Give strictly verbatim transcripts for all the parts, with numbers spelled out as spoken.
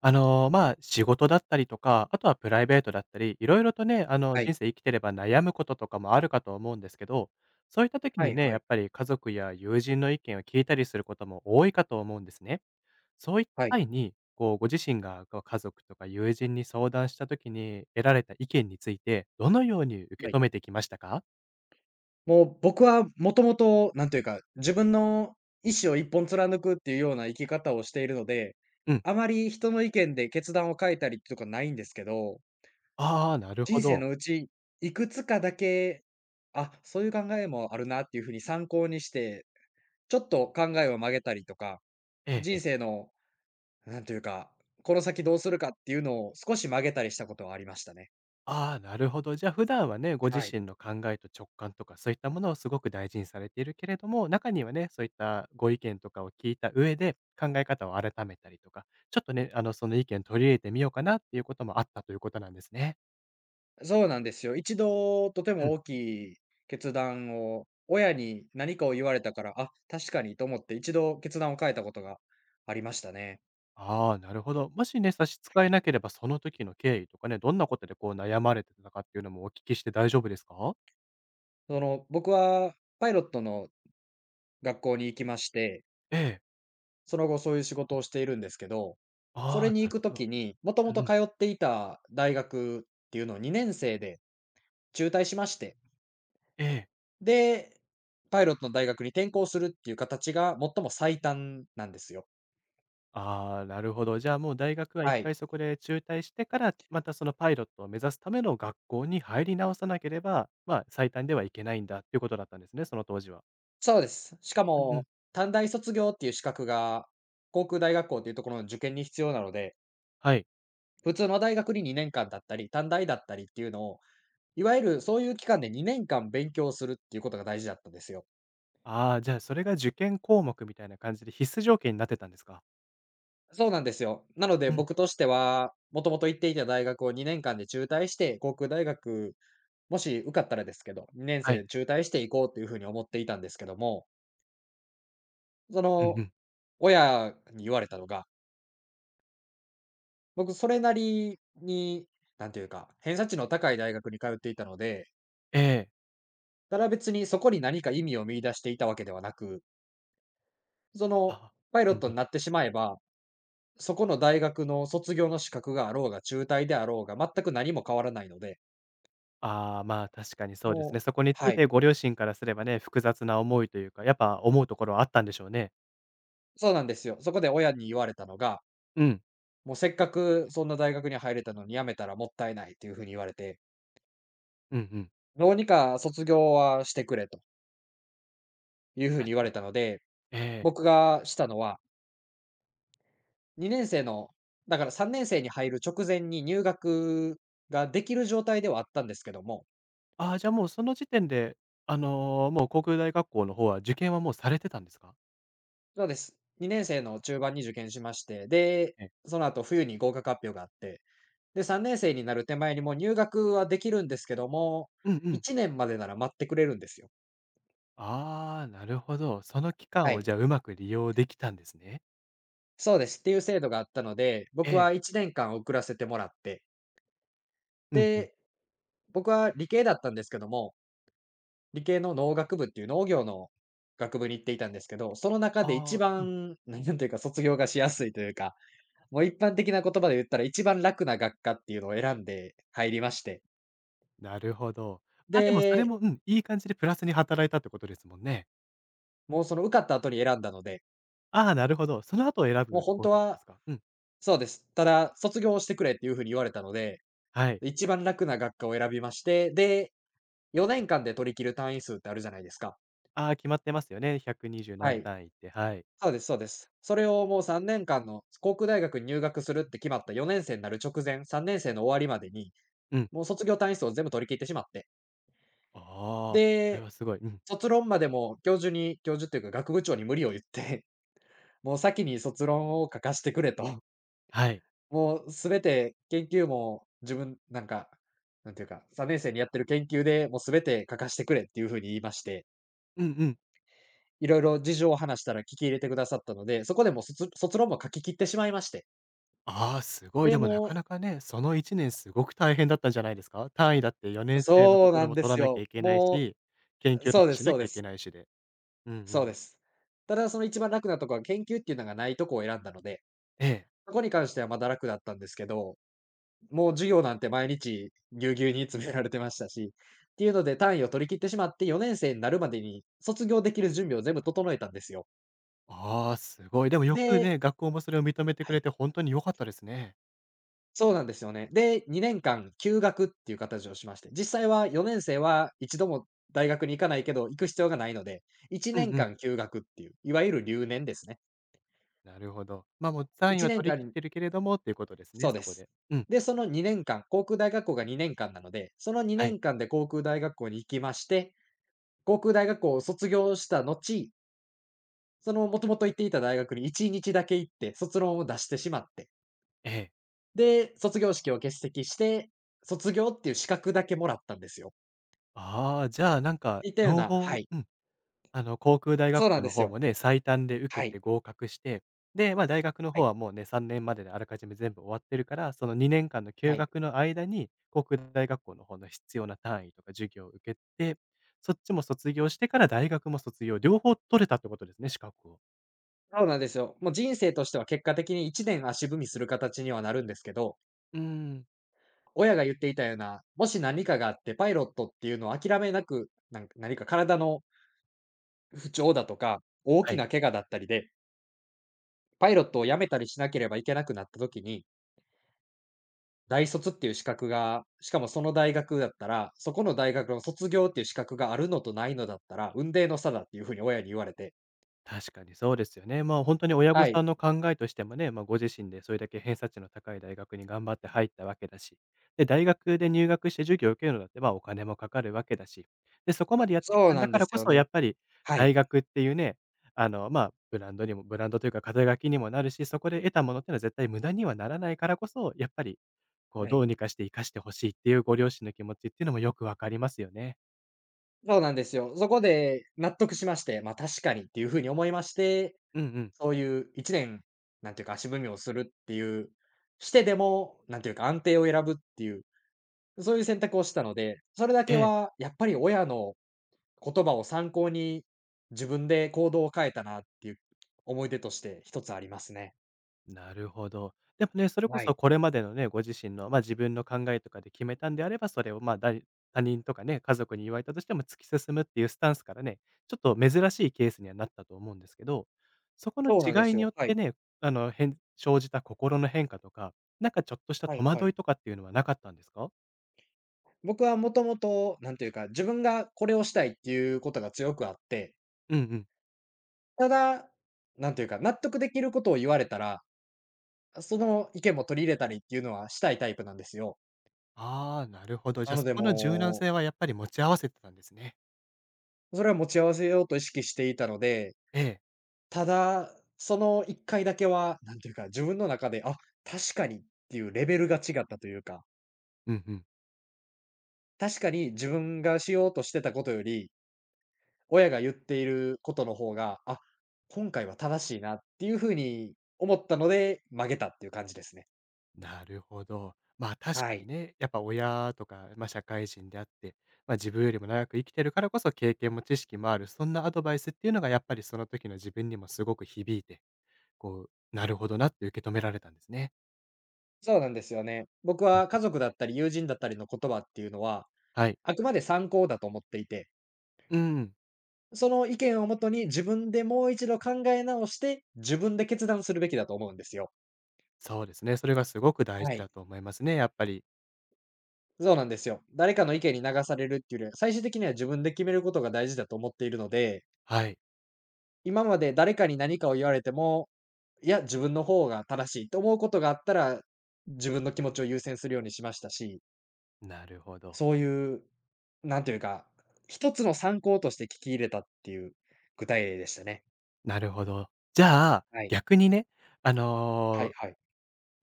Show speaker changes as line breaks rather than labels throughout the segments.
あの、まあ、仕事だったりとか、あとはプライベートだったり、いろいろとね、あの、
は
人
い。
生生きてれば悩むこととかもあるかと思うんですけど、そういった時
は
に
い
ね、
は
や
い。
っぱり家族や友人の意見を聞いたりすることも多いかと思うんですね。そういっ
は
た
い。
際に、こう、ご自身がこう家族とか友人に相談した時に得られた意見について、どのように受
は
け
い。
止めてきましたか？
もう僕はもともと、なんというか、自分の意思を一本貫くっていうような生き方をしているので、
うん。
あまり人の意見で決断を変えたりとかないんですけど、
ああ、なるほ
人生
ど。
のうちいくつかだけ、あ、そういう考えもあるなっていうふうに参考にして、ちょっと考えを曲げたりとか、
えええ
人
え。
生の、なんというか、この先どうするかっていうのを少し曲げたりしたことはありましたね。
ああ、なるほど。じゃあ普段はね、ご自
はい。
身の考えと直感とかそういったものをすごく大事にされているけれども、中にはね、そういったご意見とかを聞いた上で考え方を改めたりとか、ちょっとね、あの、その意見取り入れてみようかなっていうこともあったということなんですね。
そうなんですよ。一度とて
うん。
も大きい決断を、親に何かを言われたから、あ、確かにと思って一度決断を変えたことがありましたね。
ああ、なるほど。もしね、差し支
は
えな
い。
ければその時の経緯とかね、どんなことでこう悩まれてたかっていうのもお聞きして大丈夫ですか？
その、僕はパイロットの学校に行きまして、
ええ。
その後そういう仕事をしているんですけど、そ
ああ、
れに
な
行
る
くと
ほど。
きに、もとも
うんう
と
ん。
通っていた大学っていうのをにねん生で中退しまして、
ええ。
で、パイロットの大学に転校するっていう形が最も最短なんですよ。
ああ、なるほど。じゃあ、もう大学は1
はい。
回そこで中退してから、またそのパイロットを目指すための学校に入り直さなければ、ま、あ最短ではいけないんだっていうことだったんですね、その当時は。
そうです。しか
うんうん。
も、短大卒業っていう資格が、航空大学校っていうところの受験に必要なので、
はい。
普通の大学ににねんかんだったり、短大だったりっていうのを、いわゆるそういう期間でにねんかん勉強するっていうことが大事だったんですよ。
ああ、じゃあ、それが受験項目みたいな感じで必須条件になってたんですか？
そうなんですよ。なので
うん。
僕としては、もともと行っていた大学をにねんかんで中退して、航空大学、もし受かったらですけど、にねん生
はい。
で中退していこうっていうふうに思っていたんですけども、そ
うんう
の、
ん。
親に言われたのが、僕それなりに、なんていうか、偏差値の高い大学に通っていたので、
ええ。
ただ別にそこに何か意味を見出していたわけではなく、そ
あ
の、
あ。
パイロ
う
ッ
ん
ト
う
に
ん。
なってしまえば、そこの大学の卒業の資格があろうが、中退であろうが、全く何も変わらないので、
ああ、まあ、確かにそうです
も
ね。
う
そこについ
はい、
てご両親からすればね、複雑な思いというか、やっぱ思うところはあったんでしょうね。
そうなんですよ。そこで親に言われたのが、
うん。
もうせっかくそんな大学に入れたのに辞めたらもったいないっていう風に言われて、
うんうん。
どうにか卒業はしてくれという風
確
に言わ
かに。
れたので、
ええ。
僕がしたのはにねん生の、だからさんねん生に入る直前に入学ができる状態ではあったんですけども、
ああ、じゃあもうその時点で、あの、もう航空大学校の方は受験はもうされてたんですか？
そうです。にねん生の中盤に受験しまして、で、
ええ。
その後冬に合格発表があって、で、さんねん生になる手前にもう入学はできるんですけども、
うんうん。
いちねんまでなら待ってくれるんですよ。
ああ、なるほど。その期間
は
をじ
い。
ゃあうまく利用できたんですね。
そうです。っていう制度があったので、
え
僕は
え。
いちねんかん遅らせてもらって、
うんうん。
で、僕は理系だったんですけども、理系の農学部っていう農業の学部に行っていたんですけど、その中で
あ
一
あ、うん、
番、なんというか卒業がしやすいというか、もう一般的な言葉で言ったら一番楽な学科っていうのを選んで入りまして。
なるほど。あ、でもそれ
で、
も、うん、いい感じでプラスに働いたってことですもんね。
もうその受かった後に選んだので、
ああ、なるほど。その後を選
もう
ぶと
本
ころ
当
だったで
は
すか？うん、
そうです。ただ、卒業してくれっていう風に言われたので、
はい。
一番楽な学科を選びまして、で、よねんかんで取り切る単位数ってあるじゃないですか。
ああ、決まってますよね。ひゃくにじゅう
は
何
い。
単位って、はい。
そうですそうです。それをもうさんねんかんの航空大学に入学するって決まったよねん生になる直前、さんねん生の終わりまでに、
うん。
もう卒業単位数を全部取り切ってしまって、
ああ、これは
で、
すごい。うん。
卒論までも教授に教授っていうか学部長に無理を言って、もう先に卒論を書かしてくれと。
はい。
もうすべて研究も自分、なんか、なんていうか、さんねん生にやってる研究でもうすべて書かしてくれっていうふうに言いまして、
うんうん。
いろいろ事情を話したら聞き入れてくださったので、そこでもう卒卒論も書き切ってしまいまして。
ああ、すごい。
で、
でもな
も
か
う
なかね、そのいちねんすごく大変だったんじゃないですか？単位だってよねん生のと
そう
こ
な
ろ
ん
も
で
取ら
す
なきゃ
よ。
いけない
も
し、研
う
究だっ
そう
て
で
し
す
な
そう
きゃ
で
いけ
す。
ないしで。うんう
そう
ん。
です。ただ、その一番楽なとこは研究っていうのがないとこを選んだので、
ええ。
そこに関してはまだ楽だったんですけど、もう授業なんて毎日ぎゅうぎゅうに詰められてましたし、っていうので単位を取り切ってしまってよねん生になるまでに卒業できる準備を全部整えたんですよ。
ああ、すごい。でもよく
で、
ね、学校もそれを認めてく
は
れ
い。
て本当に良かったですね。
そうなんですよね。で、にねんかん休学っていう形をしまして、実際はよねん生は一度も大学に行かないけど、行く必要がないので、1
うん
年
うん。
間休学っていう、いわゆる留年ですね。
なるほど。ま、あもう単位
1
は
年
取り切っ
間
てるけれどもっていうことです
そ
ね、
うで
そこ
す。
で。うん、
で、そのにねんかん、航空大学校がにねんかんなので、その
は
2
い。
年間で航空大学校に行きまして、航空大学校を卒業した後、そのもともと行っていた大学にいちにちだけ行って卒論を出してしまって、
ええ。
で、卒業式を欠席して、卒業っていう資格だけもらったんですよ。
ああ、じゃあなんか、
いったよう
両
な
方
はい。
うん。あの、航空大学
そうな
校
んで
の
す
方
よ。
もね、最短で受
は
け
い、
て合格して、で、まあ、大学の
は
方
い、
はもうね、さんねんまでであらかじめ全部終わってるから、そのにねんかんの休
はい。
学の間に、航空大学校の方の必要な単位とか授業を受けて、そっちも卒業してから大学も卒業、両方取れたってことですね、資格を。
そうなんですよ。もう人生としては結果的にいちねん足踏みする形にはなるんですけど、
うーん。
親が言っていたような、もし何かがあってパイロットっていうのを諦めなく、なんか何か体の不調だとか、大
は
き
い。
な怪我だったりで、パイロットを辞めたりしなければいけなくなった時に、大卒っていう資格が、しかもその大学だったら、そこの大学の卒業っていう資格があるのとないのだったら、雲泥の差だっていう風に親に言われて、
確かにそうですよね。まあ、本当に親御
はい、
さんの考えとしてもね、まあ、ご自身でそれだけ偏差値の高い大学に頑張って入ったわけだし、で、大学で入学して授業を受けるのだって、まあ、お金もかかるわけだし、で、そこまでやってき
そう
たん
な
だ
ん
か
で
ら
す
こ
よ
そ、やっ
ね。
ぱり
は
大
い。
学っていうね、あの、まあ、ブランドにもブランドというか肩書きにもなるし、そこで得たものっていうのは絶対無駄にはならないからこそ、やっぱり、こう、
は
ど
い。
うにかして生かしてほしいっていうご両親の気持ちっていうのもよくわかりますよね。
そうなんですよ。そこで納得しまして、ま、確かにっていう風に思いまして、
うんうん。
そういういちねん、なんていうか、足踏みをするっていう、してでも、なんていうか、安定を選ぶっていう、そういう選択をしたので、それだ
え
け
え。
はやっぱり親の言葉を参考に、自分で行動を変えたなっていう思い出として一つありますね。
なるほど。でもね、それこ
は
そ
い。
これまでのね、ご自身の、まあ、自分の考えとかで決めたんであれば、それを、ま、だい他人とかね、家族に言われたとしても突き進むっていうスタンスからね、ちょっと珍しいケースにはなったと思うんですけど、そこの
そうなんで
違い
す
によ
よ。
っ
は
て
い。
ね、あの、変生じた心の変化とか、なんかちょっとした
は
戸
いは
惑
い。
いとかっていうのはなかったんですか？
僕はもともと、なんていうか、自分がこれをしたいっていうことが強くあって、
うんうん。
ただ、なんていうか、納得できることを言われたら、その意見も取り入れたりっていうのはしたいタイプなんですよ。
ああ、なるほど。じ
な
ゃ、あ
の
そ
で
この柔軟
も
性はやっぱり持ち合わせてたんですね。
う、それは持ち合わせようと意識していたので、
ええ。
ただ、そのいっかいだけは、なんていうか、自分の中で、あ、確かにっていうレベルが違ったというか、
うんうん。
確かに自分がしようとしてたことより、親が言っていることの方が、あ、今回は正しいなっていう風に思ったので、曲げたっていう感じですね。
なるほど。まあ、確
は
かに
い。
ね、やっぱ親とか、まあ、社会人であって、まあ、自分よりも長く生きてるからこそ経験も知識もある、そんなアドバイスっていうのがやっぱりその時の自分にもすごく響いて、こう、なるほどなって受け止められたんですね。
そうなんですよね。僕
う
は家
ん。
族だったり友人だったりの言葉っていうのは、
はい。
あくまで参考だと思っていて、
うん、
その意見をもとに自分でもう一度考え直して、自分で決断するべきだと思うんですよ。
そうですね。それがすごく大事
は
だ
い。
と思いますね、やっぱり。
そうなんですよ。誰かの意見に流されるっていうよりは、最終的には自分で決めることが大事だと思っているので、
はい。
今まで誰かに何かを言われても、いや、自分の方が正しいと思うことがあったら、自分の気持ちを優先するようにしましたし、
なるほど、
そういう、なんというか、一つの参考として聞き入れたっていう具体例でしたね。
なるほど。じゃあ、
はい。
逆にね、あ
は
のー
いはい。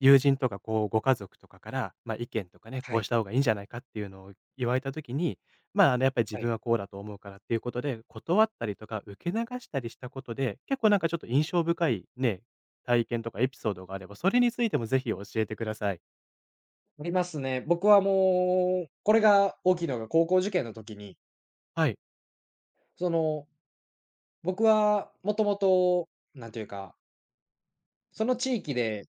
友人とか、こう、ご家族とかから、まあ、意見とかね、
は
こうし
い。
た方がいいんじゃないかっていうのを言われた時に、まあ、あの、やっぱり自
は
分
い。
はこうだと思うからっていうことで、断ったりとか受け流したりしたことで、結構なんかちょっと印象深いね、体験とかエピソードがあれば、それについてもぜひ教えてください。
ありますね。僕はもう、これが大きいのが高校受験の時に、
はい。
その、僕はもともと、なんというか、その地域で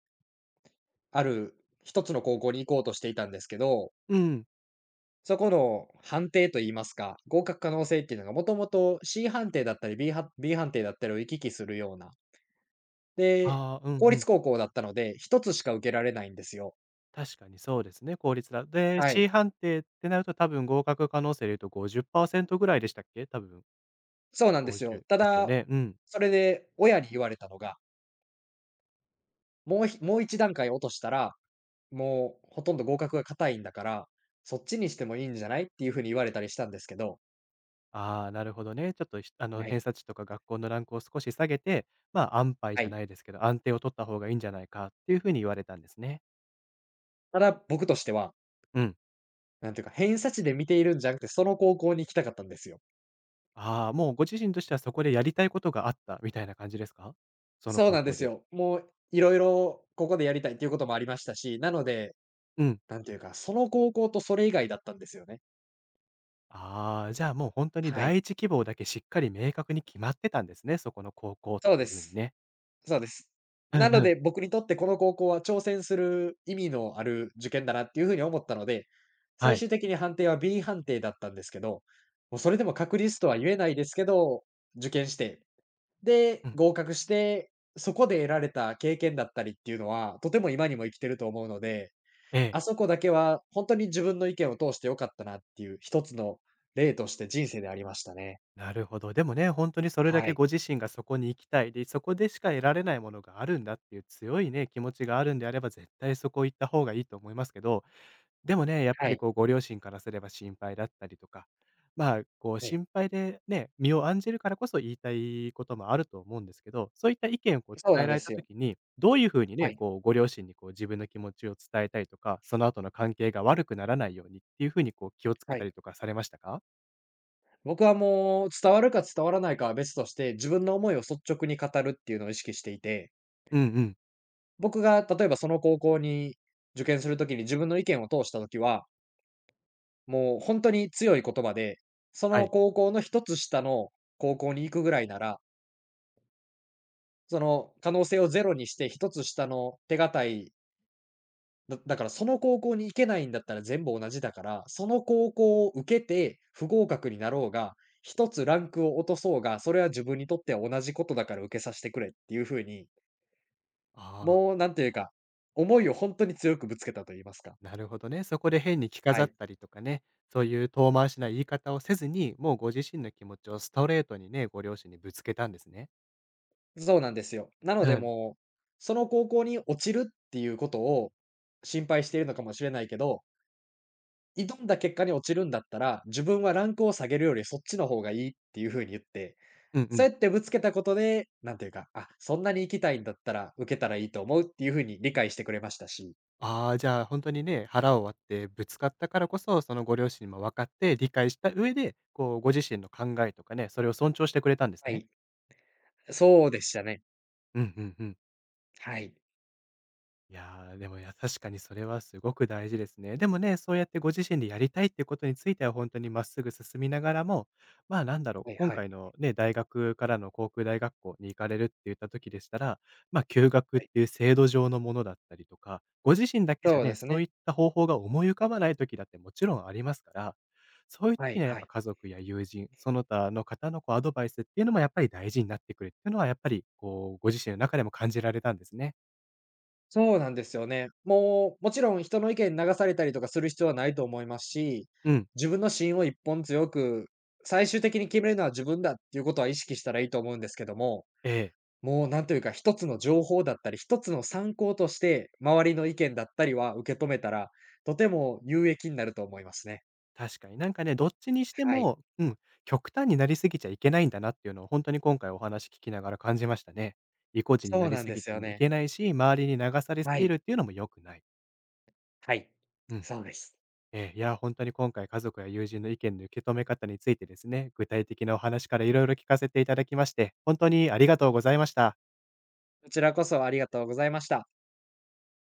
ある一つの高校に行こうとしていたんですけど、
うん。
そこの判定と言いますか、合格可能性っていうのがもともと C 判定だったり B 判 B 判定だったりを行き来するような、で、
ああ、うん
公
うん。
立高校だったので、一つしか受けられないんですよ。
確かにそうですね、効率だ。で、
はい。
Ｃ 判定ってなると多分合格可能性で言うとごじゅっパーセントぐらいでしたっけ？多分
そうなんですよ。
ごじゅう
た
ですよ
だ、
ね。うん。
それで親に言われたのが、もうひもういち段階落としたら、もうほとんど合格が固いんだから、そっちにしてもいいんじゃない？っていう風に言われたりしたんですけど、
ああ、なるほどね。ちょっと、ひあの、
は
偏
い、
差値とか学校のランクを少し下げて、ま、安牌じ
は
ゃな
い。
いですけど、安定を取った方がいいんじゃないかっていうふうに言われたんですね。
ただ僕としては、
うん。
なんていうか、偏差値で見ているんじゃなくて、その高校に行きたかったんですよ。
ああ、もうご自身としてはそこでやりたいことがあったみたいな感じですか？その
そう
高
なんで
校
す
で。
よ。もういろいろここでやりたいっていうこともありましたし、なので、
うん。
なんていうか、その高校とそれ以外だったんですよね。
ああ、じゃあ、もう本当に
はい。
第一希望だけしっかり明確に決まってたんですね、そこの高校っ
そう
てい
で
う風に
す。
ね。
そうです。
う
な
ん
の
うん。
で、僕にとってこの高校は挑戦する意味のある受験だなっていう風に思ったので、
は
最
い。
終的に判定は B 判定だったんですけど、もうそれでも確率とは言えないですけど、受験して、で、
うん。
合格して、そこで得られた経験だったりっていうのは、とても今にも生きてると思うので、
ええ。
あそこだけは本当に自分の意見を通して良かったなっていう一つの例として人生でありましたね。
なるほど。でもね、本当にそれだ
は
け
い。
ご自身がそこに行きたい、で、そこでしか得られないものがあるんだっていう強いね、気持ちがあるんであれば、絶対そこ行った方がいいと思いますけど、でもね、やっぱ
は
り
い。
こうご両親からすれば心配だったりとか、まあ、こう
はい。
心配でね、身を案じるからこそ言いたいこともあると思うんですけど、そういった意見をこう
そう
伝え
なん
ら
で
れた
すよ。
時に、どういうふうに
は
ね、
い。
こうご両親にこう自分の気持ちを伝えたりとか、その後の関係が悪くならないようにっていうふうにこう気をつけ
は
たり
い。
とかされましたか？
僕はもう、伝わるか伝わらないかは別として、自分の思いを率直に語るっていうのを意識していて、
うんうん。
僕が例えばその高校に受験するときに自分の意見を通したときは、もう本当に強い言葉で、そ
は
の
い。
高校の一つ下の高校に行くぐらいなら、その可能性をゼロにして一つ下の手堅い、だだからその高校に行けないんだったら全部同じだから、その高校を受けて不合格になろうが、一つランクを落とそうが、それは自分にとっては同じことだから受けさせてくれっていう風に、
ああ。
もうなんていうか、思いを本当に強くぶつけたと言いますか。
なるほどね。そこで変に着
は
飾っ
い。
たりとかね、そういう遠回しな言い方をせずに、もうご自身の気持ちをストレートにね、ご両親にぶつけたんですね。
そうなんですよ。なの
う
で
ん。
もう、その高校に落ちるっていうことを心配しているのかもしれないけど、挑んだ結果に落ちるんだったら、自分はランクを下げるよりそっちの方がいいっていう風に言って、
うんう
そう
ん。
やってぶつけたことで、なんていうか、あ、そんなに行きたいんだったら、受けたらいいと思うっていう風に理解してくれましたし。
ああ、じゃあ本当にね、腹を割ってぶつかったからこそ、そのご両親も分かって理解した上で、こう、ご自身の考えとかね、それを尊重してくれたんです
は
ね。
い。そうでしたね。
うんうんうん。
はい。
いやー、でも、いや、確かにそれはすごく大事ですね。でもね、そうやってご自身でやりたいってことについては、本当にまっすぐ進みながらも、まあ、なんだろう、
はい
今
はい。
回のね、大学からの航空大学校に行かれるって言った時でしたら、まあ、休学っ
はい。
ていう制度上のものだったりとか、ご自身だけじゃ
そう
ね、
です
そうい
ね。
った方法が思い浮かばない時だってもちろんありますから、そういう
は
時に
い
はやっ
は
ぱ
い。
家族や友人、その他の方のこうアドバイスっていうのもやっぱり大事になってくるっていうのは、やっぱりこう、ご自身の中でも感じられたんですね。
そうなんですよね。もう、もちろん人の意見に流されたりとかする必要はないと思いますし、
うん、
自分の芯を一本強く、最終的に決めるのは自分だっていうことは意識したらいいと思うんですけども、
ええ。
もうなんというか、一つの情報だったり、一つの参考として、周りの意見だったりは受け止めたら、とても有益になると思いますね。
確かに。なんかね、どっちにして
はい。
も、うん、極端になりすぎちゃいけないんだなっていうのを本当に今回お話聞きながら感じましたね。意固地にな
そう
り
なん
す
で
ぎ
す
て
よ
もい
ね。
けないし、周りに流されす
は
ぎ
い。
るっていうのも良くない。
はい。
うん。
そうです。
えーいや、本当に今回家族や友人の意見の受け止め方についてですね、具体的なお話からいろいろ聞かせていただきまして、本当にありがとうございました。
こちらこそありがとうございました。